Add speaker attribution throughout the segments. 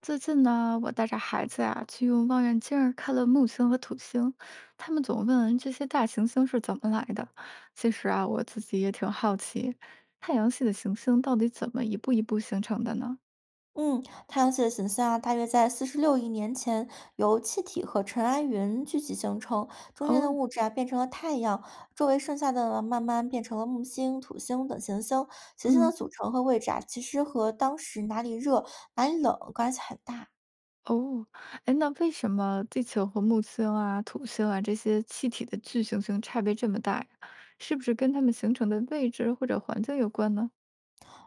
Speaker 1: 最近呢，我带着孩子呀、去用望远镜儿看了木星和土星，他们总问这些大行星是怎么来的。其实啊，我自己也挺好奇，太阳系的行星到底怎么一步一步形成的呢？
Speaker 2: 嗯，太阳系的形象啊，大约在46亿年前由气体和尘埃云聚集形成，中间的
Speaker 1: 哦。
Speaker 2: 物质啊变成了太阳，周围剩下的呢慢慢变成了木星、土星等行星。行星的
Speaker 1: 嗯。
Speaker 2: 组成和位置啊，其实和当时哪里热、哪里冷关系很大。
Speaker 1: 哦。哎，那为什么地球和木星啊、土星啊这些气体的巨行星差别这么大呀？是不是跟它们形成的位置或者环境有关呢？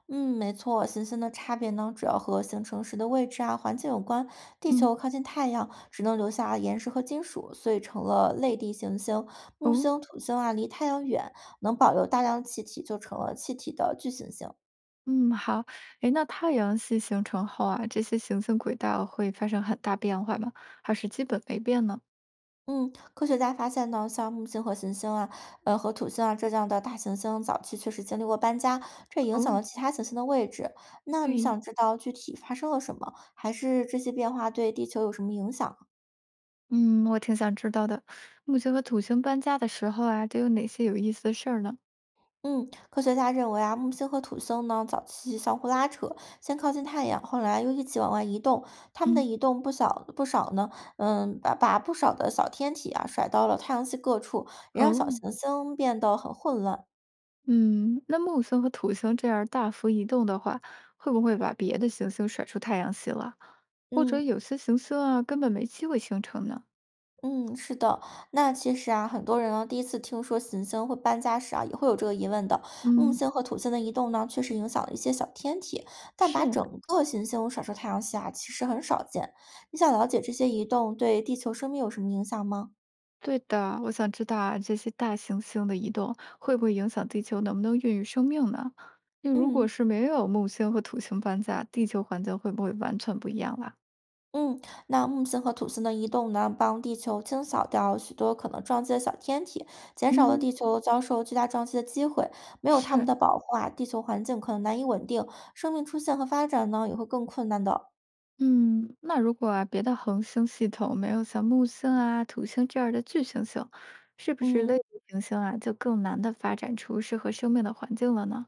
Speaker 2: 嗯，没错，行星的差别呢，主要和形成时的位置啊、环境有关。地
Speaker 1: 嗯。
Speaker 2: 球靠近太阳，只能留下岩石和金属，所以成了类地行星。木
Speaker 1: 哦。
Speaker 2: 星、土星啊，离太阳远，能保留大量气体，就成了气体的巨行星。
Speaker 1: 嗯，好。诶，那太阳系形成后啊，这些行星轨道会发生很大变化吗？还是基本没变呢？
Speaker 2: 嗯，科学家发现呢，像木星和行星啊，和土星啊这样的大行星，早期确实经历过搬家，这影响
Speaker 1: 哦。
Speaker 2: 了其他行星的位置。那你
Speaker 1: 对，
Speaker 2: 想知道具体发生了什么，还是这些变化对地球有什么影响？
Speaker 1: 嗯，我挺想知道的。木星和土星搬家的时候啊，都有哪些有意思的事儿呢？
Speaker 2: 嗯，科学家认为啊，木星和土星呢，早期相互拉扯，先靠近太阳，后来又一起往外移动。它们的
Speaker 1: 嗯。
Speaker 2: 移动不小不少呢，嗯，把不少的小天体啊甩到了太阳系各处，也让小
Speaker 1: 哦。
Speaker 2: 行星变得很混乱。
Speaker 1: 嗯，那木星和土星这样大幅移动的话，会不会把别的行星甩出太阳系了？或者
Speaker 2: 嗯。
Speaker 1: 有些行星啊，根本没机会形成呢？
Speaker 2: 嗯，是的，那其实啊，很多人呢第一次听说行星会搬家时啊，也会有这个疑问的。木
Speaker 1: 嗯，
Speaker 2: 星和土星的移动呢，确实影响了一些小天体，但把
Speaker 1: 是。
Speaker 2: 整个行星甩出太阳系啊，其实很少见。你想了解这些移动对地球生命有什么影响吗？
Speaker 1: 对的，我想知道啊，这些大行星的移动会不会影响地球能不能孕育生命呢？那如果
Speaker 2: 嗯
Speaker 1: 是没有木星和土星搬家，地球环境会不会完全不一样啦？
Speaker 2: 嗯，那木星和土星的移动呢，帮地球清扫掉许多可能撞击的小天体，减少了
Speaker 1: 嗯。
Speaker 2: 地球遭受巨大撞击的机会。没有它们
Speaker 1: 是。
Speaker 2: 的保护啊，地球环境可能难以稳定，生命出现和发展呢也会更困难的。
Speaker 1: 嗯，那如果啊，别的恒星系统没有像木星啊、土星这样的巨行星，是不是类
Speaker 2: 嗯，
Speaker 1: 地行星啊就更难的发展出适合生命的环境了呢？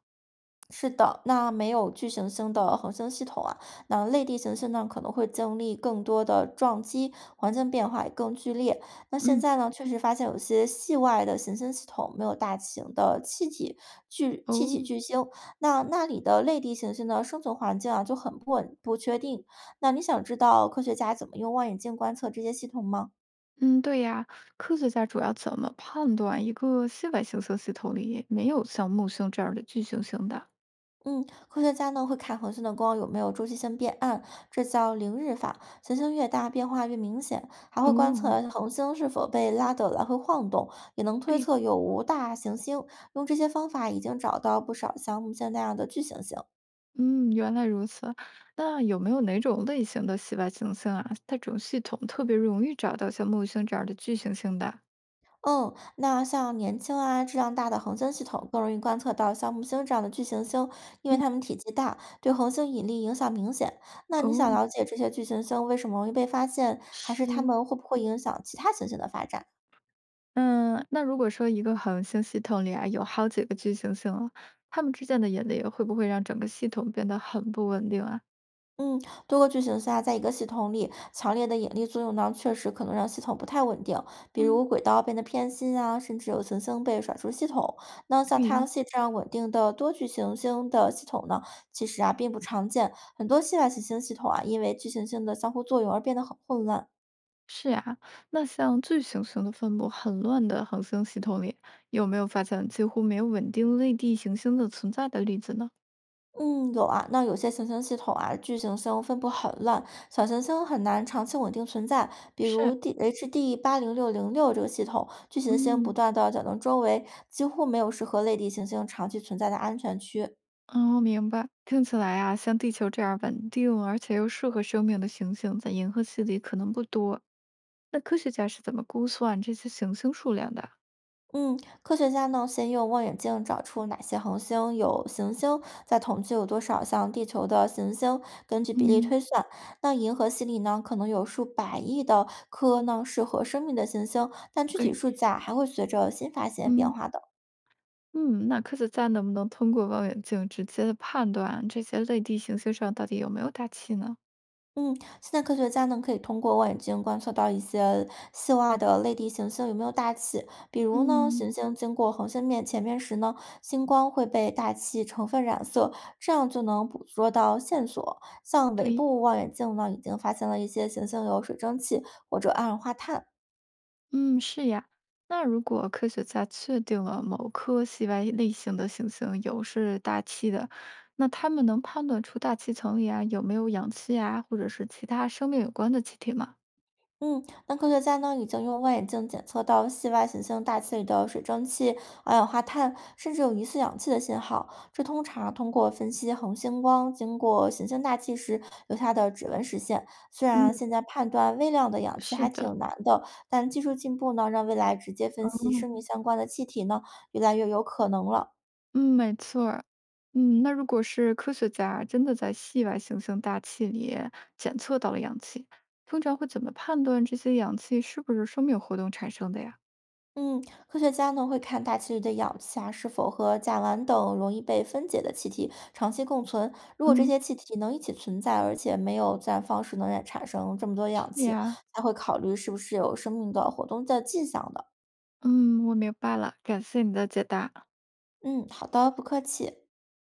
Speaker 2: 是的，那没有巨行星的恒星系统啊，那类地行星呢可能会经历更多的撞击，环境变化也更剧烈。那现
Speaker 1: 嗯。
Speaker 2: 在呢，确实发现有些系外的行星系统没有大型的气体巨气体
Speaker 1: 哦。
Speaker 2: 巨星，那那里的类地行星的生存环境啊就很不确定。那你想知道科学家怎么用望远镜观测这些系统吗？
Speaker 1: 嗯，对呀，科学家主要怎么判断一个系外行星系统里没有像木星这样的巨行星的？
Speaker 2: 嗯，科学家呢会看恒星的光有没有周期性变暗，这叫凌日法。行星越大，变化越明显。还会观
Speaker 1: 哦。
Speaker 2: 测恒星是否被拉得来回晃动，也能推
Speaker 1: 对。
Speaker 2: 测有无大行星。用这些方法已经找到不少像木星那样的巨行星。
Speaker 1: 嗯，原来如此。那有没有哪种类型的系外行星啊？它这种系统特别容易找到像木星这样的巨行星的？
Speaker 2: 嗯，那像年轻啊、质量大的恒星系统，更容易观测到像木星这样的巨行星，因为
Speaker 1: 嗯。
Speaker 2: 它们体积大，对恒星引力影响明显。那你想
Speaker 1: 哦。
Speaker 2: 了解这些巨行星为什么容易被发现，还是它
Speaker 1: 是。
Speaker 2: 们会不会影响其他行星的发展？
Speaker 1: 嗯，那如果说一个恒星系统里啊有好几个巨行星啊，它们之间的引力会不会让整个系统变得很不稳定啊？
Speaker 2: 嗯，多个巨型下，在一个系统里，强烈的引力作用呢，确实可能让系统不太稳定，比
Speaker 1: 嗯。
Speaker 2: 如轨道变得偏心啊，甚至有行星被甩出系统。那像太阳
Speaker 1: 对。
Speaker 2: 系这样稳定的多巨行星的系统呢，其实啊并不常见，很多系外行星系统啊，因为巨行星的相互作用而变得很混乱。
Speaker 1: 是呀，那像巨行星的分布很乱的恒星系统里，有没有发现几乎没有稳定类地行星的存在的例子呢？
Speaker 2: 嗯，有啊。那有些行星系统啊，巨行星分布很乱，小行星很难长期稳定存在。比
Speaker 1: 是。
Speaker 2: 如 HD 80606这个系统，巨行星不
Speaker 1: 嗯。
Speaker 2: 断的搅动周围，几乎没有适合类地行星长期存在的安全区。
Speaker 1: 哦，明白。听起来啊，像地球这样稳定而且又适合生命的行星，在银河系里可能不多。那科学家是怎么估算这些行星数量的？
Speaker 2: 嗯，科学家呢先用望远镜找出哪些恒星有行星，再统计有多少像地球的行星，根据比例
Speaker 1: 嗯。
Speaker 2: 推算。那银河系里呢，可能有数百亿的颗呢适合生命的行星，但具体
Speaker 1: 对。
Speaker 2: 数价还会随着新发现变
Speaker 1: 嗯
Speaker 2: 化的。
Speaker 1: 嗯，那科学家能不能通过望远镜直接的判断这些类地行星上到底有没有大气呢？
Speaker 2: 嗯，现在科学家呢可以通过望远镜观测到一些细外的类地行星有没有大气，比如呢，
Speaker 1: 嗯。
Speaker 2: 行星经过恒星面前面时呢，星光会被大气成分染色，这样就能捕捉到线索。像尾
Speaker 1: 对。
Speaker 2: 部望远镜呢，已经发现了一些行星有水蒸气或者二氧化碳。
Speaker 1: 嗯，是呀。那如果科学家确定了某颗系外类型的行星有是大气的，那他们能判断出大气层里啊有没有氧气啊，或者是其他生命有关的气体吗？
Speaker 2: 嗯，那科学家呢已经用望远镜检测到系外行星大气里的水蒸气、二氧化碳，甚至有疑似氧气的信号。这通常通过分析恒星光经过行星大气时留下的指纹实现。虽然
Speaker 1: 嗯。
Speaker 2: 现在判断微量的氧气
Speaker 1: 是
Speaker 2: 还
Speaker 1: 的。
Speaker 2: 挺难的，但技术进步呢，让未来直接
Speaker 1: 哦。
Speaker 2: 分析生命相关的气体呢，越来越有可能了。
Speaker 1: 嗯，没错儿。嗯，那如果是科学家真的在系外行星大气里检测到了氧气，通常会怎么判断这些氧气是不是生命活动产生的呀？
Speaker 2: 嗯，科学家呢会看大气里的氧气啊是否和甲烷等容易被分解的气体长期共存。如果这
Speaker 1: 嗯。
Speaker 2: 些气体能一起存在，而且没有自然方式能让产生这么多
Speaker 1: 是
Speaker 2: 氧气，
Speaker 1: 呀。
Speaker 2: 才会考虑是不是有生命的活动的迹象的。
Speaker 1: 嗯，我明白了，感谢你的解答。
Speaker 2: 嗯，好的，不客气。